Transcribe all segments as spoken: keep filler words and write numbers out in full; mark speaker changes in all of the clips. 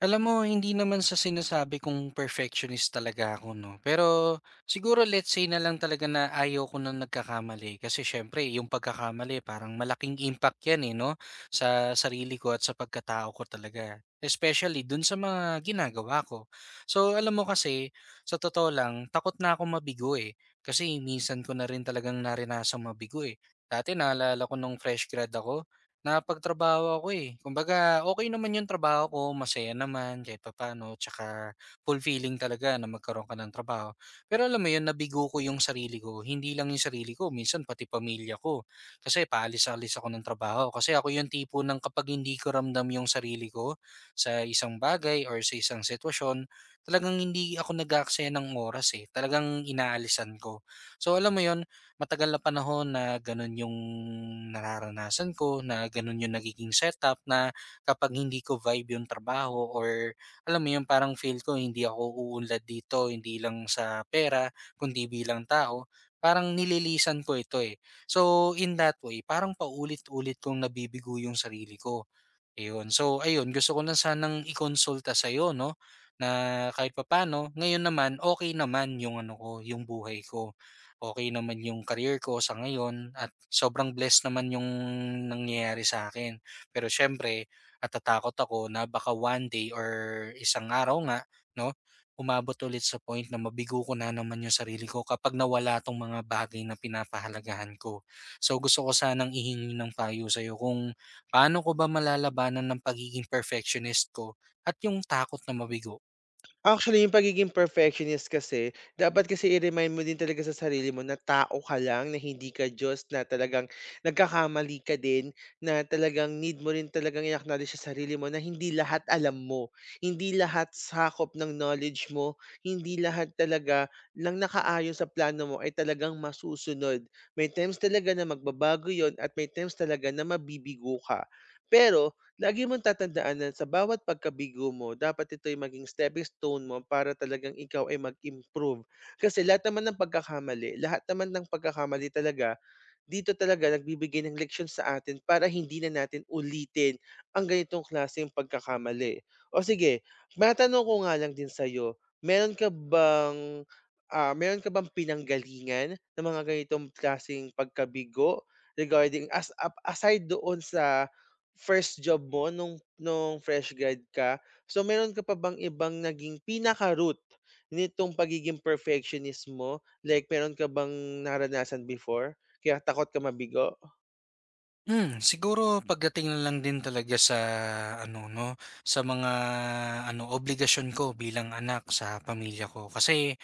Speaker 1: Alam mo, hindi naman sa sinasabi kong perfectionist talaga ako, 'no? Pero siguro let's say na lang talaga na ayaw ko ng nagkakamali kasi siyempre yung pagkakamali parang malaking impact 'yan, eh, 'no, sa sarili ko at sa pagkatao ko talaga, especially dun sa mga ginagawa ko. So, alam mo kasi, sa totoo lang, takot na ako mabigo, eh, kasi minsan ko na rin talagang narinasang mabigo, eh. Dati naalala ko nung fresh grad ako. Napagtrabaho ako, eh. Kumbaga okay naman yung trabaho ko, masaya naman kahit papaano tsaka fulfilling talaga na magkaroon ka ng trabaho. Pero alam mo yun, nabigo ko yung sarili ko, hindi lang yung sarili ko minsan pati pamilya ko. Kasi paalis-alis ako ng trabaho kasi ako yung tipo ng kapag hindi ko ramdam yung sarili ko sa isang bagay or sa isang sitwasyon, talagang hindi ako nag-aaksaya ng oras, eh, talagang inaalisan ko. So alam mo yun, matagal na panahon na gano'n yung nararanasan ko, na gano'n yung nagiging setup na kapag hindi ko vibe yung trabaho or alam mo yun, parang feel ko hindi ako uunlad dito, hindi lang sa pera, kundi bilang tao, parang nililisan ko ito eh. So in that way, parang paulit-ulit kong nabibigo yung sarili ko. Iyon. So ayun, gusto ko lang sanang ikonsulta sa sa'yo 'no, na kahit papaano ngayon naman okay naman yung ano ko, yung buhay ko. Okay naman yung career ko sa ngayon at sobrang blessed naman yung nangyayari sa akin. Pero siyempre natatakot ako na baka one day or isang araw nga 'no, umabot ulit sa point na mabigo ko na naman yung sarili ko kapag nawala 'tong mga bagay na pinapahalagahan ko. So gusto ko sanang ihingi ng payo sa'yo kung paano ko ba malalabanan ng pagiging perfectionist ko at yung takot na mabigo?
Speaker 2: Actually, yung pagiging perfectionist kasi, dapat kasi i-remind mo din talaga sa sarili mo na tao ka lang, na hindi ka Diyos, na talagang nagkakamali ka din, na talagang need mo rin talagang i-acknowledge sa sarili mo na hindi lahat alam mo, hindi lahat sakop ng knowledge mo, hindi lahat talaga lang nakaayon sa plano mo ay talagang masusunod. May times talaga na magbabago yon at may times talaga na mabibigo ka. Pero, lagi mong tatandaan na sa bawat pagkabigo mo dapat ito'y maging stepping stone mo para talagang ikaw ay mag-improve. Kasi lahat naman ng pagkakamali lahat naman ng pagkakamali talaga dito talaga nagbibigay ng leksyon sa atin para hindi na natin ulitin ang ganitong klaseng pagkakamali. O sige, matanong ko nga lang din sa'yo, meron ka bang ah, meron ka bang pinanggalingan ng mga ganitong klaseng pagkabigo regarding as ap- aside doon sa first job mo nung nung fresh grad ka? So meron ka pa bang ibang naging pinaka-root nitong pagiging perfectionist mo? Like meron ka bang naranasan before? Kaya takot ka mabigo.
Speaker 1: Hmm, siguro pagdating na lang din talaga sa ano 'no, sa mga ano obligasyon ko bilang anak sa pamilya ko. Kasi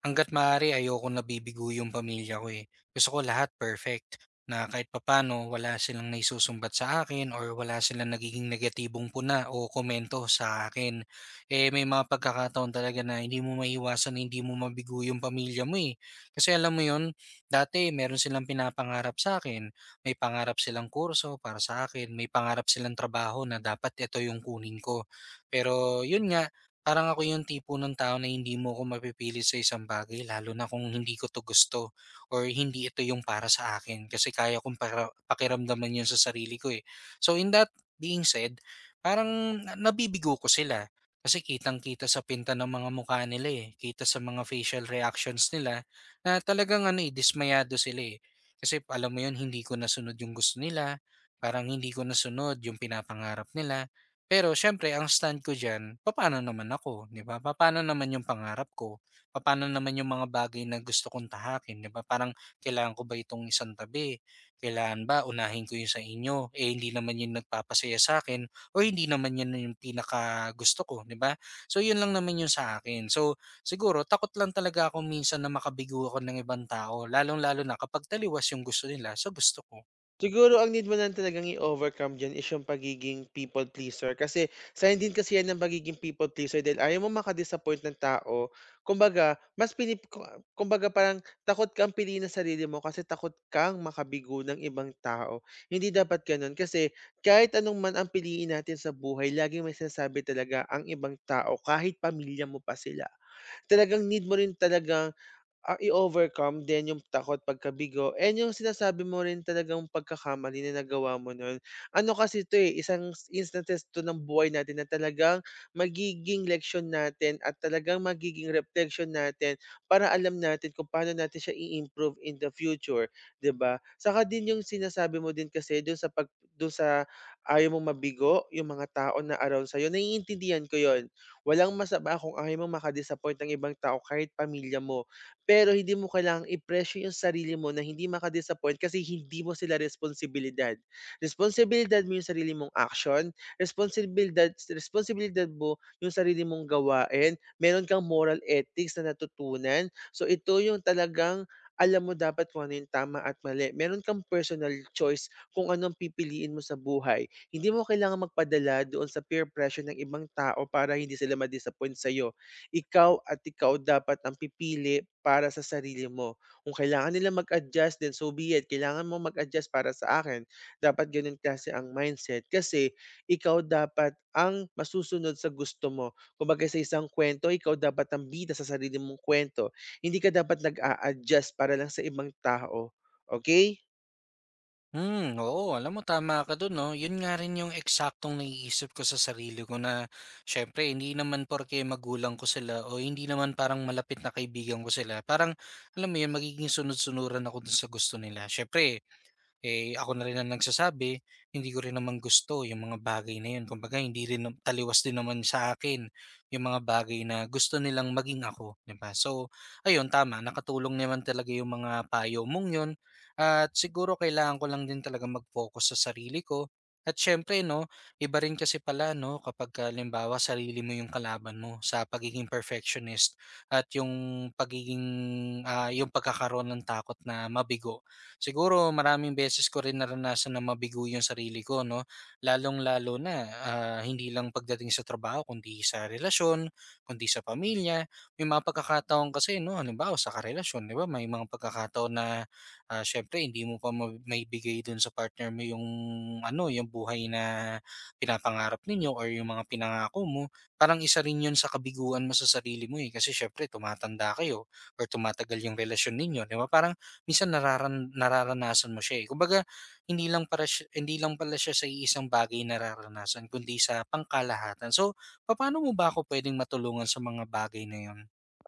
Speaker 1: hangga't maaari ayokong nabibigo yung pamilya ko, eh. Gusto ko lahat perfect, na kahit papano wala silang naisusumbat sa akin or wala silang nagiging negatibong puna o komento sa akin. Eh, may mga pagkakataon talaga na hindi mo maiwasan hindi mo mabigo yung pamilya mo, eh. Kasi alam mo yun, dati meron silang pinapangarap sa akin. May pangarap silang kurso para sa akin, may pangarap silang trabaho na dapat ito yung kunin ko. Pero yun nga, parang ako yung tipo ng tao na hindi mo ako mapipilit sa isang bagay lalo na kung hindi ko 'to gusto or hindi ito yung para sa akin kasi kaya kong para pakiramdaman yun sa sarili ko, eh. So, in that being said, parang na nabibigo ko sila kasi kitang-kita sa pinta ng mga mukha nila, eh, kita sa mga facial reactions nila na talagang ano, eh, dismayado sila, eh. Kasi alam mo yun, hindi ko nasunod yung gusto nila, parang hindi ko nasunod yung pinapangarap nila. Pero siyempre ang stand ko diyan, papaano naman ako, 'di ba? Papaano naman yung pangarap ko? Papaano naman yung mga bagay na gusto kong tahakin, 'di ba? Parang kailangan ko ba itong isang tabi? Kailangan ba unahin ko yun sa inyo? Eh hindi naman yun nagpapasaya sa akin o hindi naman yun yung pinaka gusto ko, 'di ba? So yun lang naman yun sa akin. So siguro takot lang talaga ako minsan na makabigo ako ng ibang tao, lalong-lalo na kapag taliwas yung gusto nila sa gusto ko.
Speaker 2: Siguro ang need mo lang talagang i-overcome diyan is yung pagiging people pleaser, kasi sign din kasi yan ng pagiging people pleaser dahil ayaw mo makadisappoint ng tao. Kumbaga, mas pinip ku kumbaga parang takot kang piliin ang sarili mo kasi takot kang makabigo ng ibang tao. Hindi dapat gano'n, kasi kahit anong man ang piliin natin sa buhay, laging may sinasabi talaga ang ibang tao, kahit pamilya mo pa sila. Talagang need mo rin talagang Ah, i-overcome din yung takot pagkabigo and yung sinasabi mo rin talagang pagkakamali na nagawa mo nun. Ano kasi 'to, eh, isang s- instances 'to ng buhay natin na talagang magiging leksiyon natin at talagang magiging reflection natin para alam natin kung paano natin siya i-improve in the future, 'di ba? Saka din yung sinasabi mo din kasi dun sa pag dun sa ayaw mong mabigo yung mga tao na around sa'yo, naiintindihan ko yon. Walang masama kung ayaw mong maka ng ibang tao kahit pamilya mo. Pero hindi mo kailangang i-pressure yung sarili mo na hindi maka-disappoint, kasi hindi mo sila responsibilidad. Responsibilidad mo yung sarili mong action, responsibilidad responsibilidad mo yung sarili mong gawain, meron kang moral ethics na natutunan. So ito yung talagang alam mo dapat kung ano yung tama at mali. Meron kang personal choice kung anong pipiliin mo sa buhay. Hindi mo kailangan magpadala doon sa peer pressure ng ibang tao para hindi sila ma-disappoint sa'yo. Ikaw at ikaw dapat ang pipili para sa sarili mo. Kung kailangan nila mag-adjust, then so be it. Kailangan mo mag-adjust para sa akin, dapat ganun kasi ang mindset, kasi ikaw dapat ang masusunod sa gusto mo. Kumbaga sa isang kwento, ikaw dapat ang bida sa sarili mong kwento. Hindi ka dapat nag-a-adjust para lang sa ibang tao. Okay?
Speaker 1: Hmm, oo. Alam mo, tama ka dun, no? Yun nga rin yung eksaktong naiisip ko sa sarili ko na, syempre, hindi naman porke magulang ko sila o hindi naman parang malapit na kaibigan ko sila. Parang, alam mo yun, magiging sunod-sunuran ako dun sa gusto nila. Syempre, eh, ako na rin ang nagsasabi, hindi ko rin naman gusto yung mga bagay na yun. Kumbaga hindi rin nam taliwas din naman sa akin yung mga bagay na gusto nilang maging ako, 'di ba? So, ayun tama nakatulong naman talaga yung mga payo mong yun at siguro kailangan ko lang din talaga mag-focus sa sarili ko at siyempre 'no, iba rin kasi pala 'no, kapag halimbawa sarili mo yung kalaban mo sa pagiging perfectionist at yung pagiging, ah, yung pagkakaroon ng takot na mabigo. Siguro maraming beses ko rin naranasan na mabigo yung sarili ko 'no, lalong-lalo na, ah, hindi lang pagdating sa trabaho kundi sa relasyon, kundi sa pamilya. May mga pagkakataon kasi 'no, halimbawa sa karelasyon 'di ba may mga pagkakataon na, ah, siyempre hindi mo pa ma maibigay dun sa partner mo yung ano, yung buhay na pinapangarap ninyo or yung mga pinangako mo. Parang isa rin yun sa kabiguan mo sa sarili mo, eh, kasi siyempre tumatanda kayo or tumatagal yung relasyon ninyo 'di ba? Parang minsan nararan nararanasan mo siya, eh. Kumbaga hindi lang para siya hindi lang pala siya sa isang bagay nararanasan kundi sa pangkalahatan. So, paano mo ba ako pwedeng matulungan sa mga bagay na 'yon?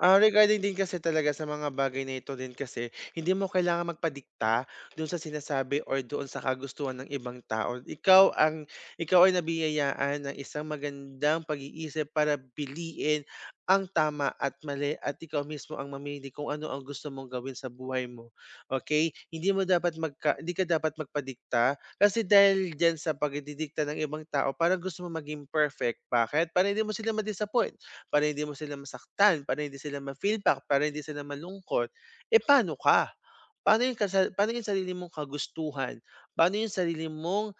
Speaker 2: Ah, regarding din kasi talaga sa mga bagay na ito din, kasi hindi mo kailangan magpadikta do'n sa sinasabi or doon sa kagustuhan ng ibang tao. Ikaw ang ikaw ay nabiyayaan ng isang magandang pag-iisip para piliin ang tama at mali, at ikaw mismo ang mamili kung ano ang gusto mong gawin sa buhay mo. Okay? Hindi mo dapat magka hindi ka dapat magpadikta, kasi dahil diyan sa pagdidikta ng ibang tao, parang gusto mo maging perfect. Bakit? Para hindi mo sila ma para hindi mo sila masaktan, para hindi sila ma-feel back, para hindi sila malungkot. Eh, paano ka? Paano yung kasa paano yung sarili mong kagustuhan? Paano yung sarili mong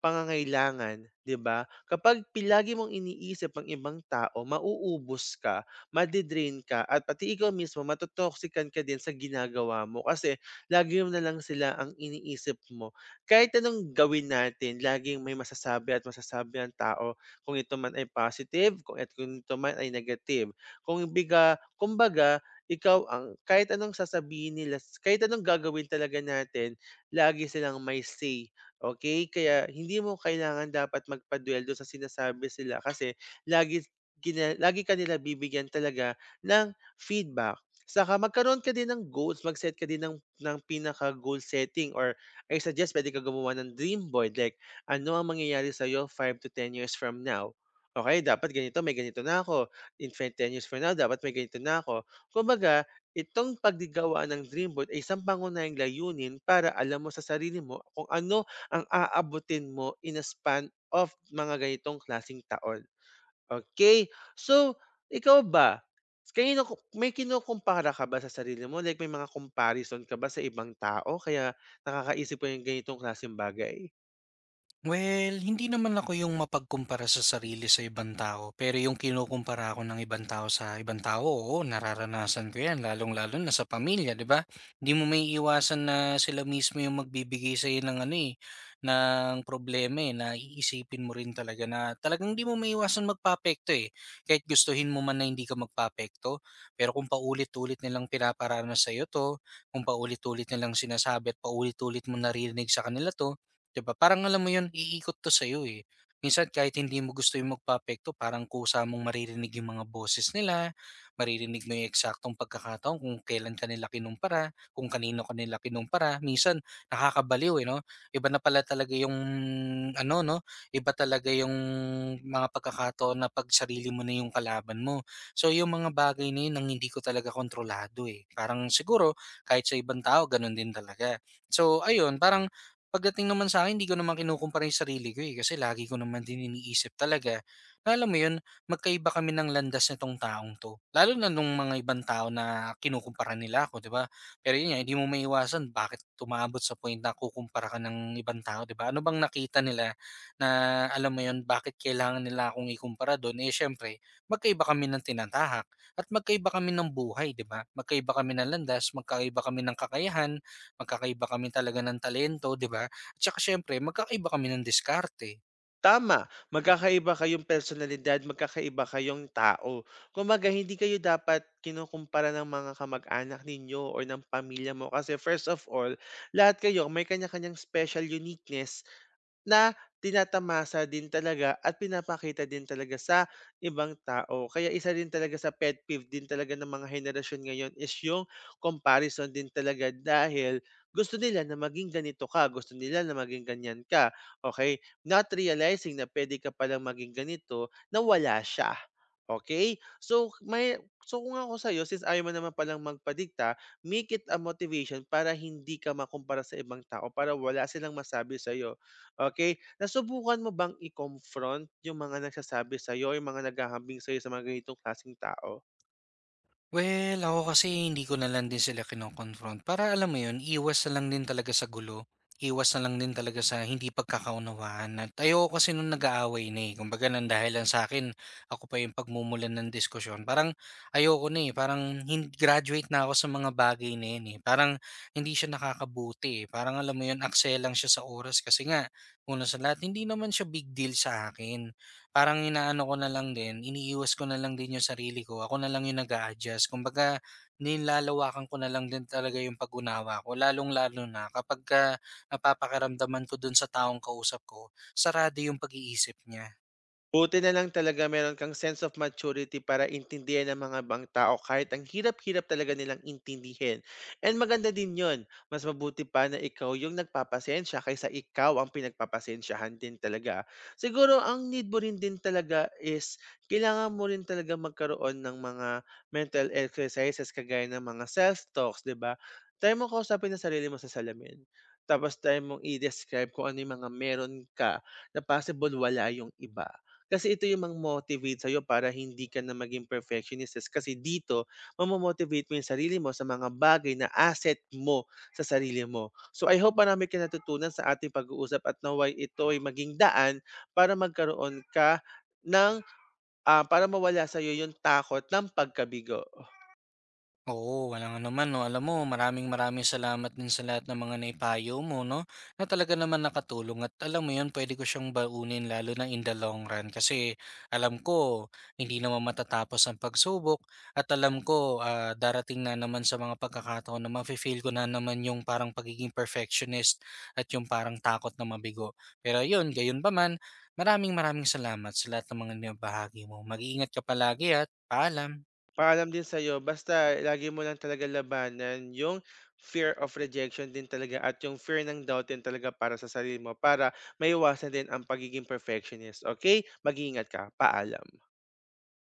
Speaker 2: pangangailangan, 'di ba? Kapag pilagi mong iniisip ang ibang tao, mauubos ka, made ka, at pati ikaw mismo mato-toxican ka din sa ginagawa mo kasi lagi mo na lang sila ang iniisip mo. Kahit anong gawin natin, laging may masasabi at masasabi ang tao, kung ito man ay positive, kung, at kung ito man ay negative. Kung biga, kumbaga, ikaw ang kahit anong sasabihin nila, kahit anong gagawin talaga natin, lagi silang may say. Okay, kaya hindi mo kailangan dapat magpaduwel dun sa sinasabi sila, kasi lagi kina lagi ka nila bibigyan talaga ng feedback. Saka magkaroon ka din ng goals, mag-set ka din ng ng pinaka-goal setting, or I suggest puwede ka gumawa ng dream board. Like, ano ang mangyayari sa'yo five to ten years from now? Okay, dapat ganito, may ganito na ako. In five ten years from now, dapat may ganito na ako. Kumbaga, itong paggawa ng dream board ay isang pangunahing layunin para alam mo sa sarili mo kung ano ang aabutin mo in a span of mga ganitong klasing taon. Okay? So, ikaw ba, kanino, may kinukumpara ka ba sa sarili mo? Like, may mga comparison ka ba sa ibang tao kaya nakakaisip ka ng ganitong klaseng bagay?
Speaker 1: Well, hindi naman ako yung mapagkumpara sa sarili sa ibang tao. Pero yung kinukumpara ako ng ibang tao sa ibang tao, oo, nararanasan ko yan. Lalong-lalo na sa pamilya, di ba? Hindi mo may iwasan na sila mismo yung magbibigay sa'yo ng ano eh, ng problema eh, na iisipin mo rin talaga na talagang di mo may iwasan magpapekto eh. Kahit gustuhin mo man na hindi ka magpapekto, pero kung paulit-ulit nilang pinaparana sa'yo to, kung paulit-ulit nilang sinasabi at paulit-ulit mo narinig sa kanila to, 'di ba parang alam mo 'yun, iikot 'to sa eh. Minsan kahit hindi mo gusto yung magpaapekto parang kusa mong maririnig yung mga boses nila, maririnig mo yung eksaktong pagkakataon kung kailan ka nila kinumpara, kung kanino ka nila kinumpara. Minsan nakakabaliw, eh, 'no? Iba na pala talaga yung ano 'no, iba talaga yung mga pagkakataon na 'pag sarili mo na yung kalaban mo. So yung mga bagay na 'yun ang hindi ko talaga kontrolado, eh. Parang siguro kahit sa ibang tao gano'n din talaga. So ayun, parang pagdating naman sa akin, hindi ko naman kinukumpara yung sarili ko, eh, kasi lagi ko naman din iniisip talaga na alam mo yun, magkaiba kami ng landas nitong taong 'to. Lalo na nung mga ibang tao na kinukumpara nila ako, 'di ba? Pero yun nga, hindi mo maiwasan bakit tumaabot sa point na kukumpara ka ng ibang tao, 'di ba? Ano bang nakita nila na alam mo yun, bakit kailangan nila akong ikumpara dun? Eh, siyempre magkaiba kami ng tinatahak at magkaiba kami ng buhay, 'di ba? Magkaiba kami ng landas, magkaiba kami ng kakayahan, magkakaiba kami talaga ng talento, 'di ba? At saka siyempre magkakaiba kami ng diskarte.
Speaker 2: Tama, magkakaiba kayong personalidad, magkakaiba kayong tao. Kumbaga hindi kayo dapat kinukumpara ng mga kamag-anak ninyo or ng pamilya mo kasi, first of all, lahat kayo may kanya-kanyang special uniqueness na tinatamasa din talaga at pinapakita din talaga sa ibang tao. Kaya isa din talaga sa pet peeve din talaga ng mga henerasyon ngayon is yung comparison din talaga, dahil gusto nila na maging ganito ka, gusto nila na maging ganyan ka. Okay. Not realizing na pwede ka palang maging ganito na wala siya. Okey? So may so kung ako sa'yo, since ayaw mo naman palang magpadikta, make it a motivation para hindi ka makumpara sa ibang tao, para wala silang masabi sa'yo. Okay, nasubukan mo bang i-confront yung mga nagsasabi sa'yo, yung mga naghahambing sa'yo sa mga ganitong klaseng tao?
Speaker 1: Well, ako kasi hindi ko na lang din sila kino-confront para alam mo 'yun, iwas na lang din talaga sa gulo, iwas na lang din talaga sa hindi pagkakaunawaan at ayoko kasi nung nag-aaway na, eh. Kumbaga ng dahilan sa akin ako pa 'yung pagmumulan ng diskusyon. Parang ayoko na, eh, parang hin graduate na ako sa mga bagay na 'yan, eh. Parang hindi siya nakakabuti, eh, parang alam mo 'yun, akselang siya sa oras kasi nga una sa lahat hindi naman siya big deal sa akin. Parang inaano ko na lang din, iniiwas ko na lang din yung sarili ko. Ako na lang yung nag-a-adjust. Kumbaga, nilalawakan ko na lang din talaga yung pag-unawa ko. Lalong-lalo na kapag ka napapakaramdaman ko dun sa taong kausap ko, sarado yung pag-iisip niya.
Speaker 2: Buti na lang talaga meron kang sense of maturity para intindihan ng mga ibang tao, kahit ang hirap-hirap talaga nilang intindihin. And maganda din yon. Mas mabuti pa na ikaw yung nagpapasensya kaysa ikaw ang pinagpapasensyahan din talaga. Siguro ang need mo rin din talaga is kailangan mo rin talaga magkaroon ng mga mental exercises kagaya ng mga self-talks, di ba? Try mo kausapin ang sarili mo sa salamin. Tapos try mong i-describe kung ano yung mga meron ka na possible wala yung iba, kasi ito yung mang-motivate sa'yo para hindi ka na maging perfectionist is, kasi dito mamo-motivate mo yung sarili mo sa mga bagay na asset mo sa sarili mo. So, I hope marami kang natutunan sa ating pag-uusap, at naway ito ay maging daan para magkaroon ka ng, ah, para mawala sa'yo yung takot ng pagkabigo.
Speaker 1: Oo, walang ano man 'no. Alam mo, maraming maraming salamat din sa lahat ng mga naipayo mo 'no, na talaga naman nakatulong at alam mo 'yun, puwede ko siyang baunin lalo na in the long run. Kasi alam ko hindi naman matatapos ang pagsubok at alam ko, ah, darating na naman sa mga pagkakataon na mafe-feel ko na naman yung parang pagiging perfectionist at yung parang takot na mabigo. Pero yun ayun, gayunpaman, maraming maraming salamat sa lahat ng mga nabahagi mo. Mag-iingat ka palagi at paalam.
Speaker 2: Paalam din sa'yo, basta lagi mo lang talaga labanan yung fear of rejection din talaga at yung fear ng doubt din talaga para sa sarili mo, para maiwasan din ang pagiging perfectionist, okay? Mag-ingat ka, paalam.